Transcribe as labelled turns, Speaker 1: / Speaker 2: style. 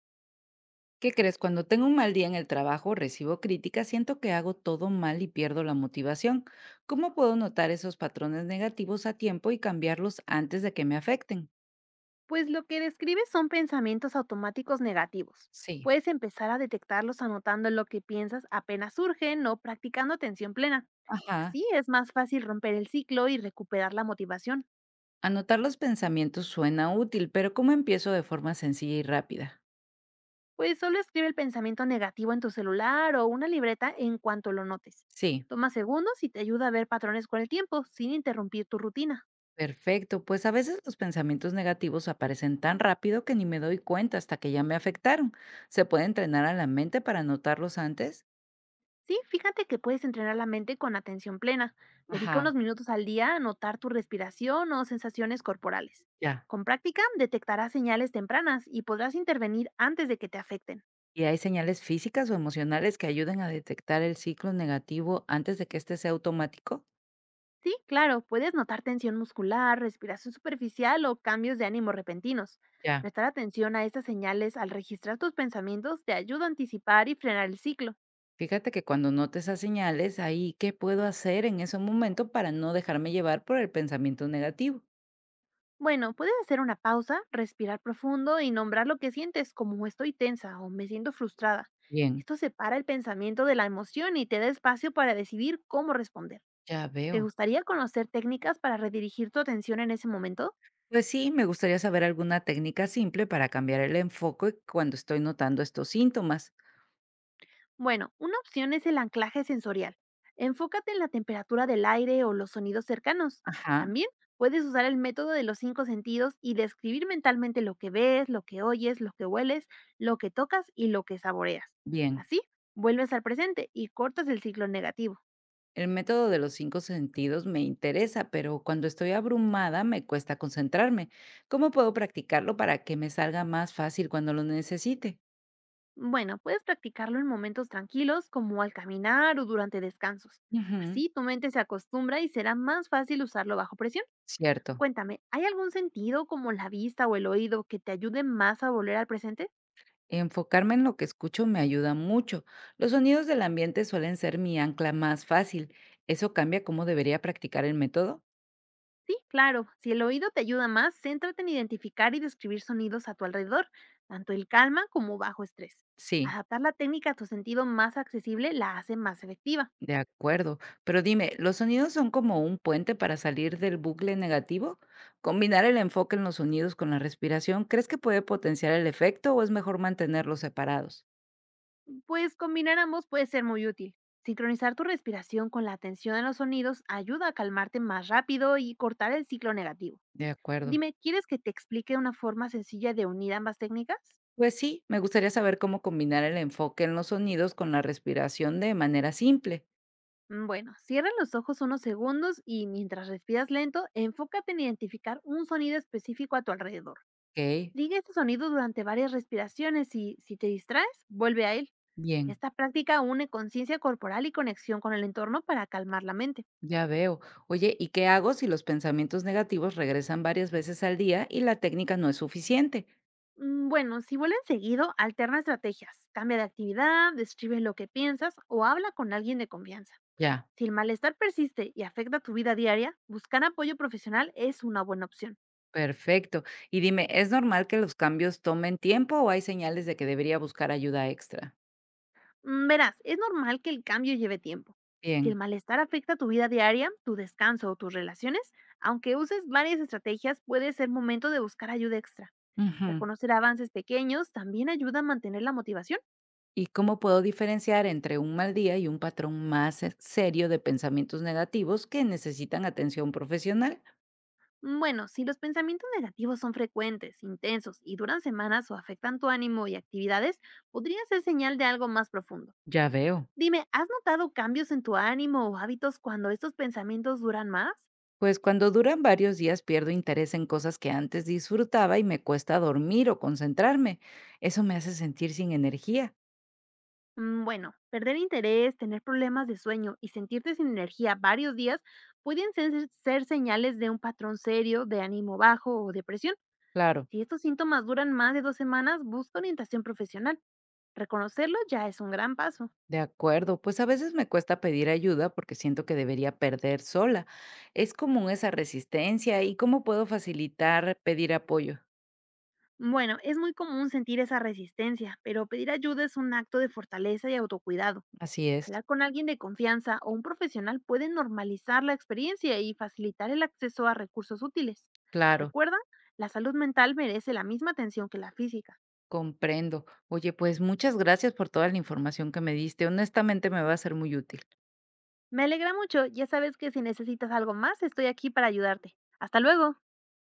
Speaker 1: ¿Qué crees? Cuando tengo un mal día en el trabajo, recibo críticas, siento que hago todo mal y pierdo la motivación. ¿Cómo puedo notar esos patrones negativos a tiempo y cambiarlos antes de que me afecten?
Speaker 2: Pues lo que describes son pensamientos automáticos negativos.
Speaker 1: Sí.
Speaker 2: Puedes empezar a detectarlos anotando lo que piensas apenas surgen o practicando atención plena.
Speaker 1: Ajá.
Speaker 2: Así es más fácil romper el ciclo y recuperar la motivación.
Speaker 1: Anotar los pensamientos suena útil, pero ¿cómo empiezo de forma sencilla y rápida?
Speaker 2: Pues solo escribe el pensamiento negativo en tu celular o una libreta en cuanto lo notes.
Speaker 1: Sí.
Speaker 2: Toma segundos y te ayuda a ver patrones con el tiempo, sin interrumpir tu rutina.
Speaker 1: Perfecto, pues a veces los pensamientos negativos aparecen tan rápido que ni me doy cuenta hasta que ya me afectaron. ¿Se puede entrenar a la mente para notarlos antes?
Speaker 2: Sí, fíjate que puedes entrenar la mente con atención plena. Dedica unos
Speaker 1: Ajá.
Speaker 2: minutos al día a notar tu respiración o sensaciones corporales.
Speaker 1: Ya.
Speaker 2: Con práctica detectarás señales tempranas y podrás intervenir antes de que te afecten.
Speaker 1: ¿Y hay señales físicas o emocionales que ayuden a detectar el ciclo negativo antes de que este sea automático?
Speaker 2: Sí, claro, puedes notar tensión muscular, respiración superficial o cambios de ánimo repentinos.
Speaker 1: Ya.
Speaker 2: Prestar atención a estas señales al registrar tus pensamientos te ayuda a anticipar y frenar el ciclo.
Speaker 1: Fíjate que cuando note esas señales, ahí, ¿qué puedo hacer en ese momento para no dejarme llevar por el pensamiento negativo?
Speaker 2: Bueno, puedes hacer una pausa, respirar profundo y nombrar lo que sientes, como estoy tensa o me siento frustrada.
Speaker 1: Bien,
Speaker 2: Esto separa el pensamiento de la emoción y te da espacio para decidir cómo responder.
Speaker 1: ya
Speaker 2: ¿Te
Speaker 1: veo.
Speaker 2: gustaría conocer técnicas para redirigir tu atención en ese momento?
Speaker 1: Pues sí, me gustaría saber alguna técnica simple para cambiar el enfoque cuando estoy notando estos síntomas.
Speaker 2: Bueno, una opción es el anclaje sensorial. Enfócate en la temperatura del aire o los sonidos cercanos.
Speaker 1: Ajá,
Speaker 2: También puedes usar el método de los 5 sentidos y describir mentalmente lo que ves, lo que oyes, lo que hueles, lo que tocas y lo que saboreas.
Speaker 1: bien.
Speaker 2: Así, vuelves al presente y cortas el ciclo negativo.
Speaker 1: El método de los cinco sentidos me interesa, pero cuando estoy abrumada me cuesta concentrarme. ¿Cómo puedo practicarlo para que me salga más fácil cuando lo necesite?
Speaker 2: Bueno, puedes practicarlo en momentos tranquilos como al caminar o durante descansos.
Speaker 1: Ujú.
Speaker 2: Así tu mente se acostumbra y será más fácil usarlo bajo presión.
Speaker 1: Cierto.
Speaker 2: Cuéntame, ¿hay algún sentido como la vista o el oído que te ayude más a volver al presente?
Speaker 1: Enfocarme en lo que escucho me ayuda mucho. Los sonidos del ambiente suelen ser mi ancla más fácil. ¿Eso cambia cómo debería practicar el método?
Speaker 2: Sí, claro, si el oído te ayuda más, céntrate en identificar y describir sonidos a tu alrededor, tanto el calma como bajo estrés.
Speaker 1: Sí.
Speaker 2: Adaptar la técnica a tu sentido más accesible la hace más efectiva,
Speaker 1: De acuerdo, pero dime, ¿los sonidos son como un puente para salir del bucle negativo? ¿Combinar el enfoque en los sonidos con la respiración, crees que puede potenciar el efecto o es mejor mantenerlos separados?
Speaker 2: pues combinar ambos puede ser muy útil. Sincronizar tu respiración con la atención a los sonidos ayuda a calmarte más rápido y cortar el ciclo negativo.
Speaker 1: De acuerdo.
Speaker 2: Dime, ¿quieres que te explique una forma sencilla de unir ambas técnicas?
Speaker 1: Pues sí, me gustaría saber cómo combinar el enfoque en los sonidos con la respiración de manera simple.
Speaker 2: Bueno, cierra los ojos unos segundos y mientras respiras lento, enfócate en identificar un sonido específico a tu alrededor.
Speaker 1: Ok,
Speaker 2: Sigue este sonido durante varias respiraciones y, si te distraes, vuelve a él.
Speaker 1: bien,
Speaker 2: Esta práctica une conciencia corporal y conexión con el entorno para calmar la mente.
Speaker 1: ya veo. Oye, ¿y qué hago si los pensamientos negativos regresan varias veces al día y la técnica no es suficiente?
Speaker 2: Bueno, si vuelven seguido, alterna estrategias. Cambia de actividad, describe lo que piensas o habla con alguien de confianza.
Speaker 1: Ya.
Speaker 2: Si el malestar persiste y afecta tu vida diaria, buscar apoyo profesional es una buena opción.
Speaker 1: Perfecto. Y dime, ¿es normal que los cambios tomen tiempo o hay señales de que debería buscar ayuda extra?
Speaker 2: Verás, es normal que el cambio lleve tiempo. Si el
Speaker 1: Bien.
Speaker 2: malestar afecta tu vida diaria, tu descanso o tus relaciones, aunque uses varias estrategias, puede ser momento de buscar ayuda extra.
Speaker 1: Ujú.
Speaker 2: Reconocer avances pequeños también ayuda a mantener la motivación.
Speaker 1: ¿Y cómo puedo diferenciar entre un mal día y un patrón más serio de pensamientos negativos que necesitan atención profesional?
Speaker 2: Bueno, si los pensamientos negativos son frecuentes, intensos y duran semanas o afectan tu ánimo y actividades, podría ser señal de algo más profundo.
Speaker 1: Ya veo.
Speaker 2: Dime, ¿has notado cambios en tu ánimo o hábitos cuando estos pensamientos duran más?
Speaker 1: Pues cuando duran varios días pierdo interés en cosas que antes disfrutaba y me cuesta dormir o concentrarme. Eso me hace sentir sin energía.
Speaker 2: Bueno, perder interés, tener problemas de sueño y sentirte sin energía varios días pueden ser señales de un patrón serio de ánimo bajo o depresión.
Speaker 1: Claro.
Speaker 2: Si estos síntomas duran más de 2 semanas, busca orientación profesional. Reconocerlo ya es un gran paso.
Speaker 1: De acuerdo, pues a veces me cuesta pedir ayuda porque siento que debería perder sola. Es común esa resistencia y cómo puedo facilitar pedir apoyo.
Speaker 2: Bueno, es muy común sentir esa resistencia, pero pedir ayuda es un acto de fortaleza y autocuidado.
Speaker 1: Así es.
Speaker 2: Hablar con alguien de confianza o un profesional puede normalizar la experiencia y facilitar el acceso a recursos útiles.
Speaker 1: Claro,
Speaker 2: Recuerda, la salud mental merece la misma atención que la física.
Speaker 1: comprendo. Oye, pues muchas gracias por toda la información que me diste. Honestamente me va a ser muy útil.
Speaker 2: Me alegra mucho, ya sabes que si necesitas algo más, estoy aquí para ayudarte. Hasta luego.